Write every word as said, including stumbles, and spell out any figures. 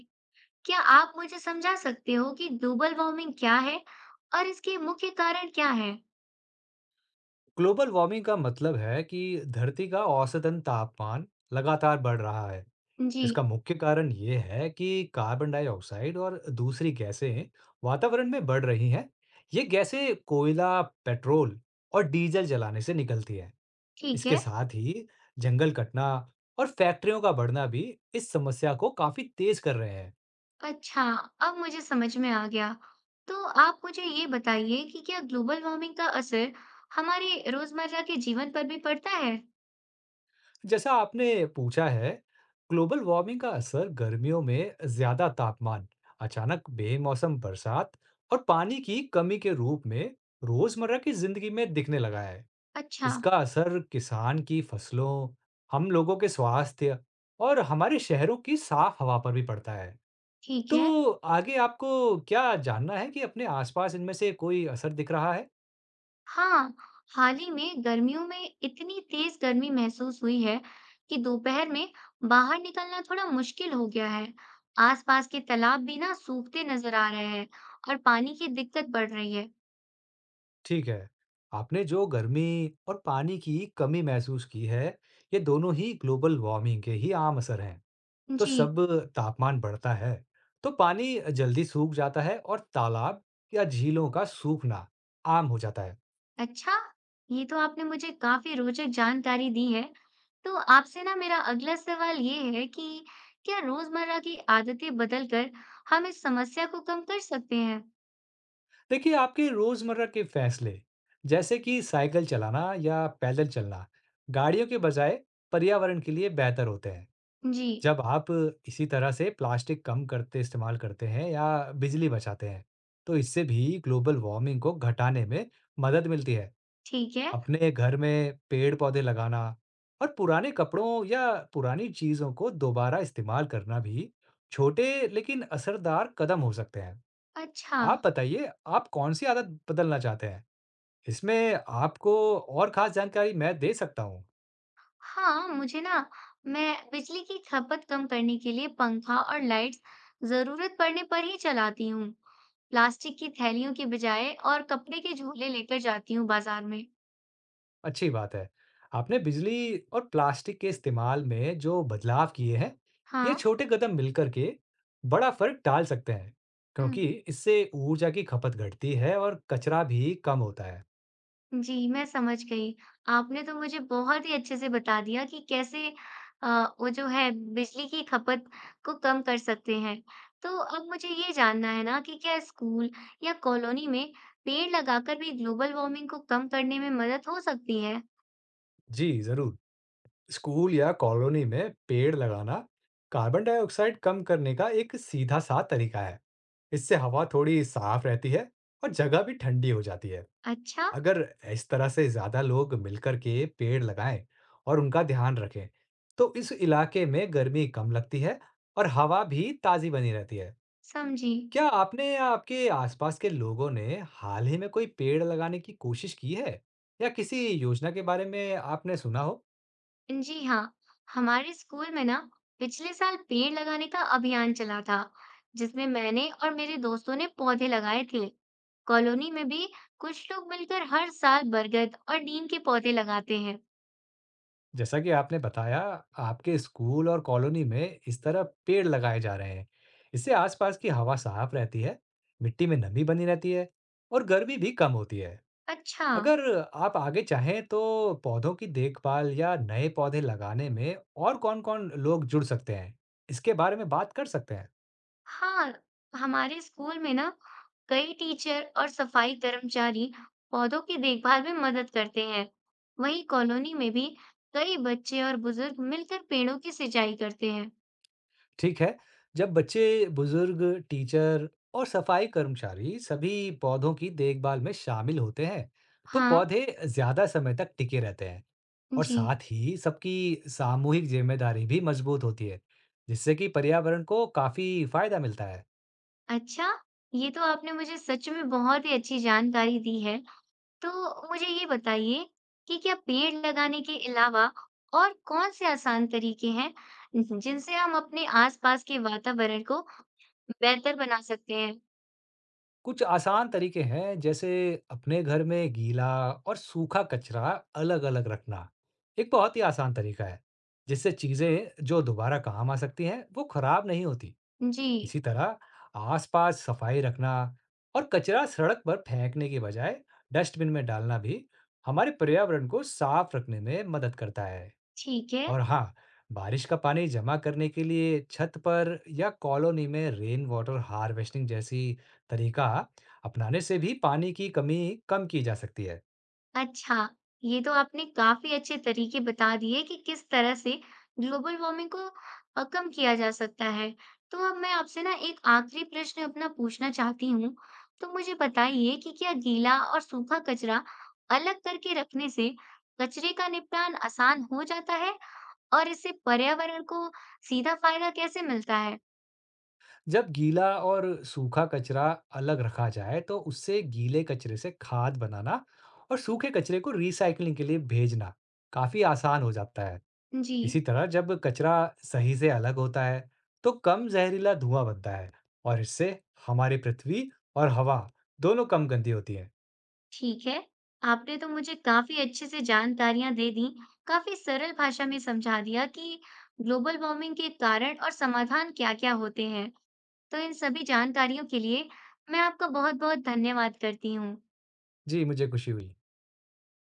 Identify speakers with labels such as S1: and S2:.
S1: क्या आप मुझे समझा सकते हो कि ग्लोबल वार्मिंग क्या है और इसके मुख्य कारण क्या है?
S2: ग्लोबल वार्मिंग का मतलब है कि धरती का औसतन तापमान लगातार बढ़ रहा है।
S1: जी,
S2: इसका मुख्य कारण ये है कि कार्बन डाइऑक्साइड और दूसरी गैसें वातावरण में बढ़ रही हैं। ये गैसें कोयला, पेट्रोल और डीजल जलाने से निकलती है।
S1: ठीक है।
S2: इसके साथ ही जंगल कटना और फैक्ट्रियों का बढ़ना भी इस समस्या को काफी तेज कर रहे हैं।
S1: अच्छा, अब मुझे समझ में आ गया। तो आप मुझे ये बताइए कि क्या ग्लोबल वार्मिंग का असर हमारे रोजमर्रा के जीवन पर भी पड़ता है?
S2: जैसा आपने पूछा है, ग्लोबल वार्मिंग का असर गर्मियों में ज्यादा तापमान, अचानक बेमौसम बरसात और पानी की कमी के रूप में रोजमर्रा की जिंदगी में दिखने लगा है।
S1: अच्छा,
S2: इसका असर किसान की फसलों, हम लोगों के स्वास्थ्य और हमारे शहरों की साफ हवा पर भी पड़ता है।
S1: ठीक है।
S2: तो आगे आपको क्या जानना है कि अपने आसपास इनमें से कोई असर दिख रहा है?
S1: हाँ, हाल ही में गर्मियों में इतनी तेज गर्मी महसूस हुई है कि दोपहर में बाहर निकलना थोड़ा मुश्किल हो गया है। आसपास के तालाब भी ना सूखते नजर आ रहे हैं और पानी की दिक्कत बढ़ रही है।
S2: ठीक है। आपने जो गर्मी और पानी की कमी महसूस की है, ये दोनों ही ग्लोबल वार्मिंग के ही आम असर हैं। तो
S1: जी,
S2: सब तापमान बढ़ता है, तो पानी जल्दी सूख जाता है और तालाब या झीलों का सूखना आम हो जाता है।
S1: अच्छा, ये तो आपने मुझे काफी रोचक जानकारी दी है। तो आपसे ना मेरा अगला सवाल ये है कि क्या रोजमर्रा की आदतें बदलकर हम इस समस्या को कम कर सकते हैं?
S2: देखिए, आपके रोज़मर्रा के फैसले, जैसे कि साइकिल चलाना या पैदल चलना, गाड़ियों के बजाय पर्यावरण के लिए बेहतर होते हैं।
S1: जी,
S2: जब आप इसी तरह से प्लास्टिक कम करते इस्तेमाल करते हैं या बिजली बचाते हैं, तो इससे भी ग्लोबल वार्मिंग को घटाने में मदद मिलती है।
S1: ठीक है।
S2: अपने घर में पेड़-पौधे लगाना और पुराने कपड़ों या पुरानी चीज़ों को दोबारा इस्तेमाल करना भी छोटे लेकिन असरदार कदम हो सकते हैं।
S1: अच्छा,
S2: आप बताइए, आप कौन-सी आदत बदलना चाहते हैं? इसमें आपको और ख़ास जानकारी मैं दे सकता हूँ।
S1: हाँ, मुझे ना मैं बिजली की खपत कम करने के लिए पंखा और लाइट्स जरूरत पड़ने पर ही चलाती हूँ। प्लास्टिक की थैलियों के बजाय और कपड़े के झोले लेकर जाती हूँ बाजार में।
S2: अच्छी बात है। आपने बिजली और प्लास्टिक के इस्तेमाल में जो बदलाव किए हैं, ये
S1: हाँ,
S2: छोटे कदम मिलकर के बड़ा फ़र्क डाल सकते हैं,
S1: हम्म,
S2: क्योंकि इससे ऊर्जा की खपत घटती है और कचरा भी कम होता है।
S1: जी मैं समझ गई। आपने तो मुझे बहुत ही अच्छे से बता दिया कि कैसे आ, वो जो है बिजली की खपत को कम कर सकते हैं। तो अब मुझे ये जानना है ना कि क्या स्कूल या कॉलोनी में पेड़ लगाकर भी ग्लोबल वार्मिंग को कम करने में मदद हो सकती है?
S2: जी, ज़रूर। स्कूल या कॉलोनी में पेड़ लगाना कार्बन डाइऑक्साइड कम करने का एक सीधा-सा तरीका है। इससे हवा थोड़ी साफ रहती है और जगह भी ठंडी हो जाती है।
S1: अच्छा,
S2: अगर इस तरह से ज़्यादा लोग मिलकर के पेड़ लगाएं और उनका ध्यान रखें, तो इस इलाके में गर्मी कम लगती है और हवा भी ताज़ी बनी रहती है।
S1: समझी।
S2: क्या आपने या आपके आसपास के लोगों ने हाल ही में कोई पेड़ लगाने की कोशिश की है? या किसी योजना के बारे में आपने सुना हो?
S1: जी हाँ, हमारे स्कूल में ना पिछले साल पेड़ लगाने का अभियान चला था, जिसमें मैंने और मेरे दोस्तों ने पौधे लगाए थे। कॉलोनी में भी कुछ लोग मिलकर हर साल बरगद और नीम के पौधे लगाते हैं।
S2: जैसा कि आपने बताया, आपके स्कूल और कॉलोनी में इस तरह पेड़ लगाए जा रहे हैं। इससे आसपास की हवा साफ रहती है, मिट्टी में नमी बनी रहती है और गर्मी भी कम होती है।
S1: अच्छा,
S2: अगर आप आगे चाहें तो पौधों की देखभाल या नए पौधे लगाने में और कौन-कौन लोग जुड़ सकते हैं, इसके बारे में बात कर सकते हैं।
S1: हाँ, हमारे स्कूल में ना कई टीचर और सफाई कर्मचारी पौधों की देखभाल में मदद करते हैं। वहीं कॉलोनी में भी कई बच्चे और बुजुर्ग मिलकर पेड़ों की सिंचाई करते हैं।
S2: ठीक है, जब बच्चे, बुजुर्ग, टीचर और सफाई कर्मचारी सभी पौधों की देखभाल में शामिल होते हैं, तो
S1: हाँ।
S2: पौधे ज़्यादा समय तक टिके रहते हैं और
S1: जी,
S2: साथ ही सबकी सामूहिक जिम्मेदारी भी मजबूत होती है, जिससे कि पर्यावरण को काफ़ी फायदा मिलता है।
S1: अच्छा, ये तो आपने मुझे सच में बहुत ही अच्छी जानकारी दी है। तो मुझे ये बताइए कि क्या पेड़ लगाने के अलावा और कौन-से आसान तरीके हैं जिनसे हम अपने आसपास के वातावरण को बेहतर बना सकते हैं?
S2: कुछ आसान तरीके हैं, जैसे अपने घर में गीला और सूखा कचरा अलग अलग रखना एक बहुत ही आसान तरीका है, जिससे चीजें जो दोबारा काम आ सकती हैं वो खराब नहीं होती।
S1: जी,
S2: इसी तरह आसपास सफाई रखना और कचरा सड़क पर फेंकने के बजाय डस्टबिन में डालना भी हमारे पर्यावरण को साफ रखने में मदद करता है।
S1: ठीक है।
S2: और हाँ, बारिश का पानी जमा करने के लिए छत पर या कॉलोनी में रेन वाटर हार्वेस्टिंग जैसी तरीका अपनाने से भी पानी की कमी कम की जा सकती है।
S1: अच्छा, ये तो आपने काफी अच्छे तरीके बता दिए कि किस तरह से ग्लोबल वार्मिंग को अ, कम किया जा सकता है। तो अब मैं आपसे ना एक आखिरी प्रश्न अपना पूछना चाहती हूँ। तो मुझे बताइए कि क्या गीला और सूखा कचरा अलग करके रखने से कचरे का निपटान आसान हो जाता है और इससे पर्यावरण को सीधा फायदा कैसे मिलता है?
S2: जब गीला और सूखा कचरा अलग रखा जाए, तो उससे गीले कचरे से खाद बनाना और सूखे कचरे को रीसाइक्लिंग के लिए भेजना काफी आसान हो जाता है।
S1: जी।
S2: इसी तरह जब कचरा सही से अलग होता है, तो कम जहरीला धुआं बनता है और इससे हमारी पृथ्वी और हवा दोनों कम गंदी होती हैं।
S1: ठीक है। आपने तो मुझे काफी अच्छे से जानकारियां दे दी, काफी सरल भाषा में समझा दिया कि ग्लोबल वार्मिंग के कारण और समाधान क्या-क्या होते हैं। तो इन सभी जानकारियों के लिए मैं आपका बहुत-बहुत धन्यवाद करती हूँ।
S2: जी, मुझे खुशी हुई।